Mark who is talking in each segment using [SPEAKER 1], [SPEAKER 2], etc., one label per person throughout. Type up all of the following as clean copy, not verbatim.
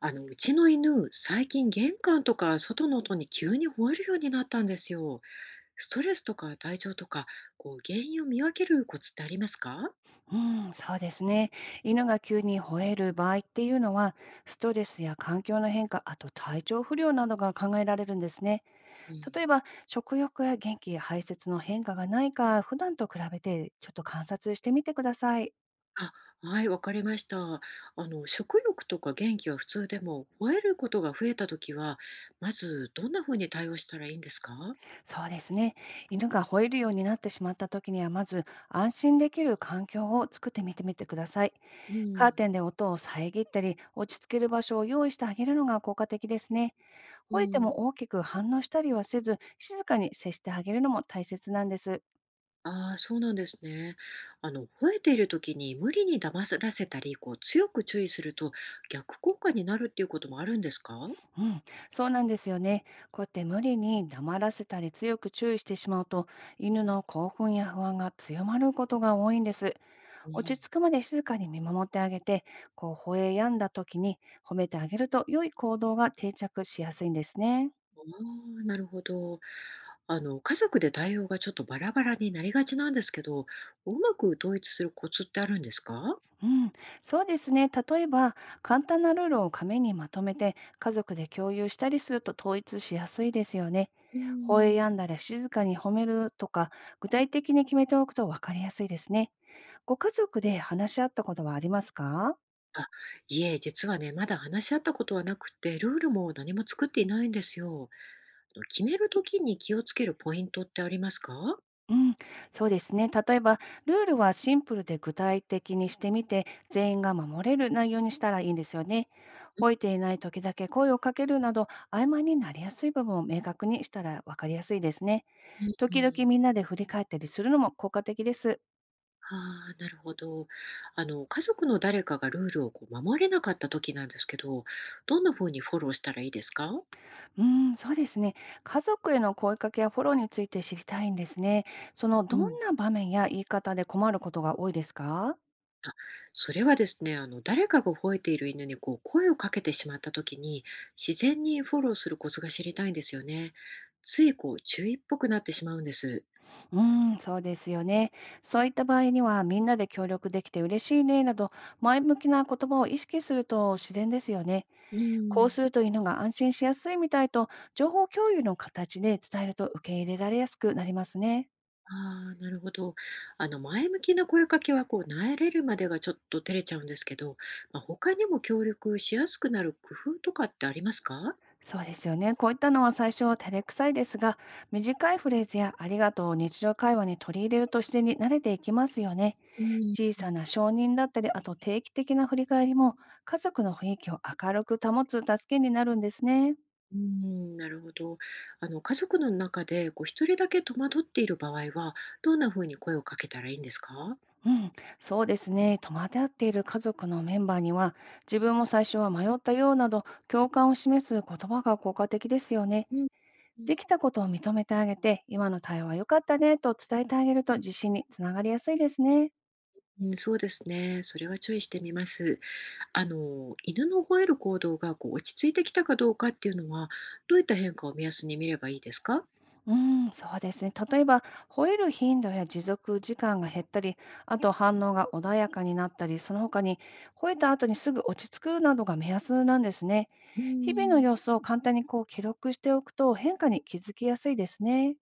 [SPEAKER 1] うちの犬、最近玄関とか外の音に急に吠えるようになったんですよ。ストレスとか体調とか、原因を見分けるコツってありますか？
[SPEAKER 2] うん、そうですね。犬が急に吠える場合っていうのは、ストレスや環境の変化、あと体調不良などが考えられるんですね。
[SPEAKER 1] うん、
[SPEAKER 2] 例えば、食欲や元気、排泄の変化がないか、普段と比べてちょっと観察してみてください。
[SPEAKER 1] あ、はい、わかりました。食欲とか元気は普通でも、吠えることが増えたときは、まずどんなふうに対応したらいいんですか？
[SPEAKER 2] そうですね。犬が吠えるようになってしまった時には、まず安心できる環境を作ってみてください。
[SPEAKER 1] う
[SPEAKER 2] カー
[SPEAKER 1] ん、
[SPEAKER 2] テンで音を遮ったり、落ち着ける場所を用意してあげるのが効果的ですね。
[SPEAKER 1] う
[SPEAKER 2] 吠えて
[SPEAKER 1] ん、
[SPEAKER 2] も大きく反応したりはせず、静かに接してあげるのも大切なんです。
[SPEAKER 1] ああ、そうなんですね。吠えている時に無理に黙らせたり、強く注意すると逆効果になるっていうこともあるんですか？
[SPEAKER 2] うん、そうなんですよね。こうやって無理に黙らせたり強く注意してしまうと、犬の興奮や不安が強まることが多いんです。
[SPEAKER 1] う
[SPEAKER 2] 落
[SPEAKER 1] ん、
[SPEAKER 2] ち着くまで静かに見守ってあげて、こう吠え止んだ時に褒めてあげると良い行動が定着しやすいんですね。
[SPEAKER 1] ああ、なるほど。家族で対応がちょっとバラバラになりがちなんですけど、うまく統一するコツってあるんですか？
[SPEAKER 2] うん、そうですね。例えば、簡単なルールを紙にまとめて、家族で共有したりすると統一しやすいですよね。
[SPEAKER 1] う
[SPEAKER 2] 吠え
[SPEAKER 1] ん。
[SPEAKER 2] やんだら静かに褒めるとか、具体的に決めておくと分かりやすいですね。ご家族で話し合ったことはありますか？
[SPEAKER 1] あ、いえ、実はね、まだ話し合ったことはなくて、ルールも何も作っていないんですよ。決める時に気をつけるポイントってありますか？
[SPEAKER 2] うん、そうですね。例えば、ルールはシンプルで具体的にしてみて、全員が守れる内容にしたらいいんですよね。吠えていない時だけ声をかけるなど、曖昧になりやすい部分を明確にしたら分かりやすいですね。
[SPEAKER 1] う
[SPEAKER 2] 時々
[SPEAKER 1] ん。
[SPEAKER 2] みんなで振り返ったりするのも効果的です。
[SPEAKER 1] ああ、なるほど。家族の誰かがルールを守れなかった時なんですけど、どんな風にフォローしたらいいですか？
[SPEAKER 2] そうですね。家族への声かけやフォローについて知りたいんですね。その
[SPEAKER 1] う
[SPEAKER 2] ど
[SPEAKER 1] ん。
[SPEAKER 2] んな場面や言い方で困ることが多いですか？
[SPEAKER 1] あ、それはですね、誰かが吠えている犬に声をかけてしまった時に、自然にフォローするコツが知りたいんですよね。つい注意っぽくなってしまうんです。
[SPEAKER 2] うーそうですよね。そういった場合には、みんなで協力できて嬉しいねなど、前向きな言葉を意識すると自然ですよね。
[SPEAKER 1] う
[SPEAKER 2] こう
[SPEAKER 1] ん。
[SPEAKER 2] するといいのが安心しやすいみたいと、情報共有の形で伝えると受け入れられやすくなりますね。
[SPEAKER 1] ああ、なるほど。前向きな声かけは慣れるまでがちょっと照れちゃうんですけど、他にも協力しやすくなる工夫とかってありますか？
[SPEAKER 2] そうですよね。こういったのは最初は照れくさいですが、短いフレーズやありがとうを日常会話に取り入れると自然に慣れていきますよね。
[SPEAKER 1] うん。
[SPEAKER 2] 小さな承認だったり、あと定期的な振り返りも家族の雰囲気を明るく保つ助けになるんですね。
[SPEAKER 1] うん、なるほど。家族の中で一人だけ戸惑っている場合は、どんな風に声をかけたらいいんですか？
[SPEAKER 2] うん、そうですね。戸惑っている家族のメンバーには、自分も最初は迷ったようなど、共感を示す言葉が効果的ですよね。
[SPEAKER 1] うん。うん、
[SPEAKER 2] できたことを認めてあげて、今の対応は良かったねと伝えてあげると自信につながりやすいですね。
[SPEAKER 1] そうですね。それは注意してみます。犬の吠える行動が落ち着いてきたかどうかっていうのは、どういった変化を目安に見ればいいですか？
[SPEAKER 2] うん、そうですね。例えば、吠える頻度や持続時間が減ったり、あと反応が穏やかになったり、その他に吠えた後にすぐ落ち着くなどが目安なんですね。
[SPEAKER 1] う
[SPEAKER 2] 日々の
[SPEAKER 1] ーん、
[SPEAKER 2] 様子を簡単にこう記録しておくと変化に気づきやすいですね。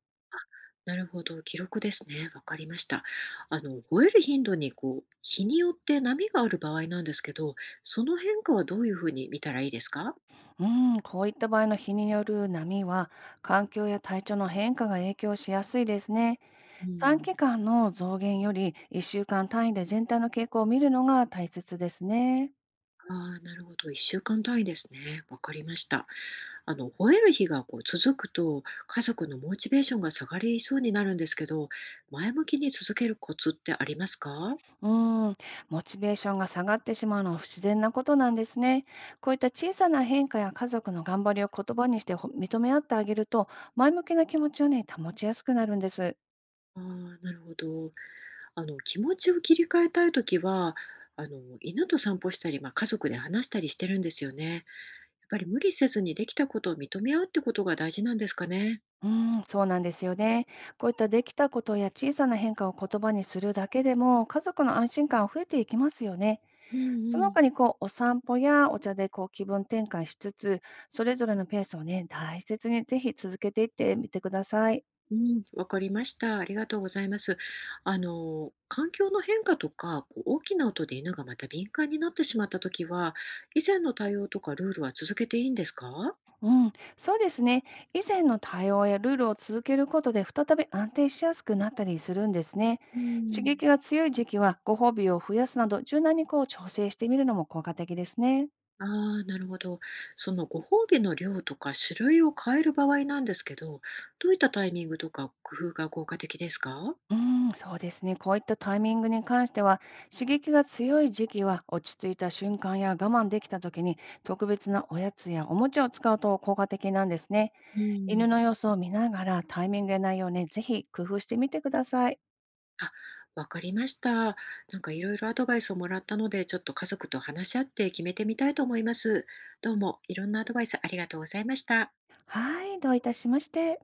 [SPEAKER 1] なるほど、記録ですね。わかりました。吠える頻度に日によって波がある場合なんですけど、その変化はどういうふうに見たらいいですか？
[SPEAKER 2] うん、こういった場合の日による波は、環境や体調の変化が影響しやすいですね。
[SPEAKER 1] う
[SPEAKER 2] 短
[SPEAKER 1] ん。
[SPEAKER 2] 期間の増減より1週間単位で全体の傾向を見るのが大切ですね。
[SPEAKER 1] ああ、なるほど。1週間単位ですね。わかりました。吠える日が続くと、家族のモチベーションが下がりそうになるんですけど、前向きに続けるコツってありますか？
[SPEAKER 2] うーん、モチベーションが下がってしまうのは不自然なことなんですね。こういった小さな変化や家族の頑張りを言葉にしてほ認め合ってあげると、前向きな気持ちをね、保ちやすくなるんです。
[SPEAKER 1] ああ、なるほど。気持ちを切り替えたいときは、犬と散歩したり、家族で話したりしてるんですよね。やっぱり無理せずにできたことを認め合うってことが大事なんですかね。
[SPEAKER 2] うーそうなんですよね。こういったできたことや小さな変化を言葉にするだけでも、家族の安心感は増えていきますよね。
[SPEAKER 1] う
[SPEAKER 2] そ
[SPEAKER 1] んう
[SPEAKER 2] の
[SPEAKER 1] ん。
[SPEAKER 2] 他にこう、お散歩やお茶でこう気分転換しつつ、それぞれのペースをね、大切にぜひ続けていってみてください。
[SPEAKER 1] うん、わかりました。ありがとうございます。環境の変化とか、大きな音で犬がまた敏感になってしまったときは、以前の対応とかルールは続けていいんですか？
[SPEAKER 2] うん、そうですね。以前の対応やルールを続けることで再び安定しやすくなったりするんですね。
[SPEAKER 1] う
[SPEAKER 2] 刺
[SPEAKER 1] ん、
[SPEAKER 2] 激が強い時期はご褒美を増やすなど柔軟にこう調整してみるのも効果的ですね。
[SPEAKER 1] ああ、なるほど。そのご褒美の量とか種類を変える場合なんですけど、どういったタイミングとか工夫が効果的ですか？
[SPEAKER 2] うん、そうですね。こういったタイミングに関しては、刺激が強い時期は落ち着いた瞬間や我慢できた時に特別なおやつやおもちゃを使うと効果的なんですね。
[SPEAKER 1] う
[SPEAKER 2] 犬の
[SPEAKER 1] ん。
[SPEAKER 2] 様子を見ながらタイミングや内容をね、ぜひ工夫してみてください。
[SPEAKER 1] あ、わかりました。なんかいろいろアドバイスをもらったので、ちょっと家族と話し合って決めてみたいと思います。どうもいろんなアドバイスありがとうございました。
[SPEAKER 2] はい、どういたしまして。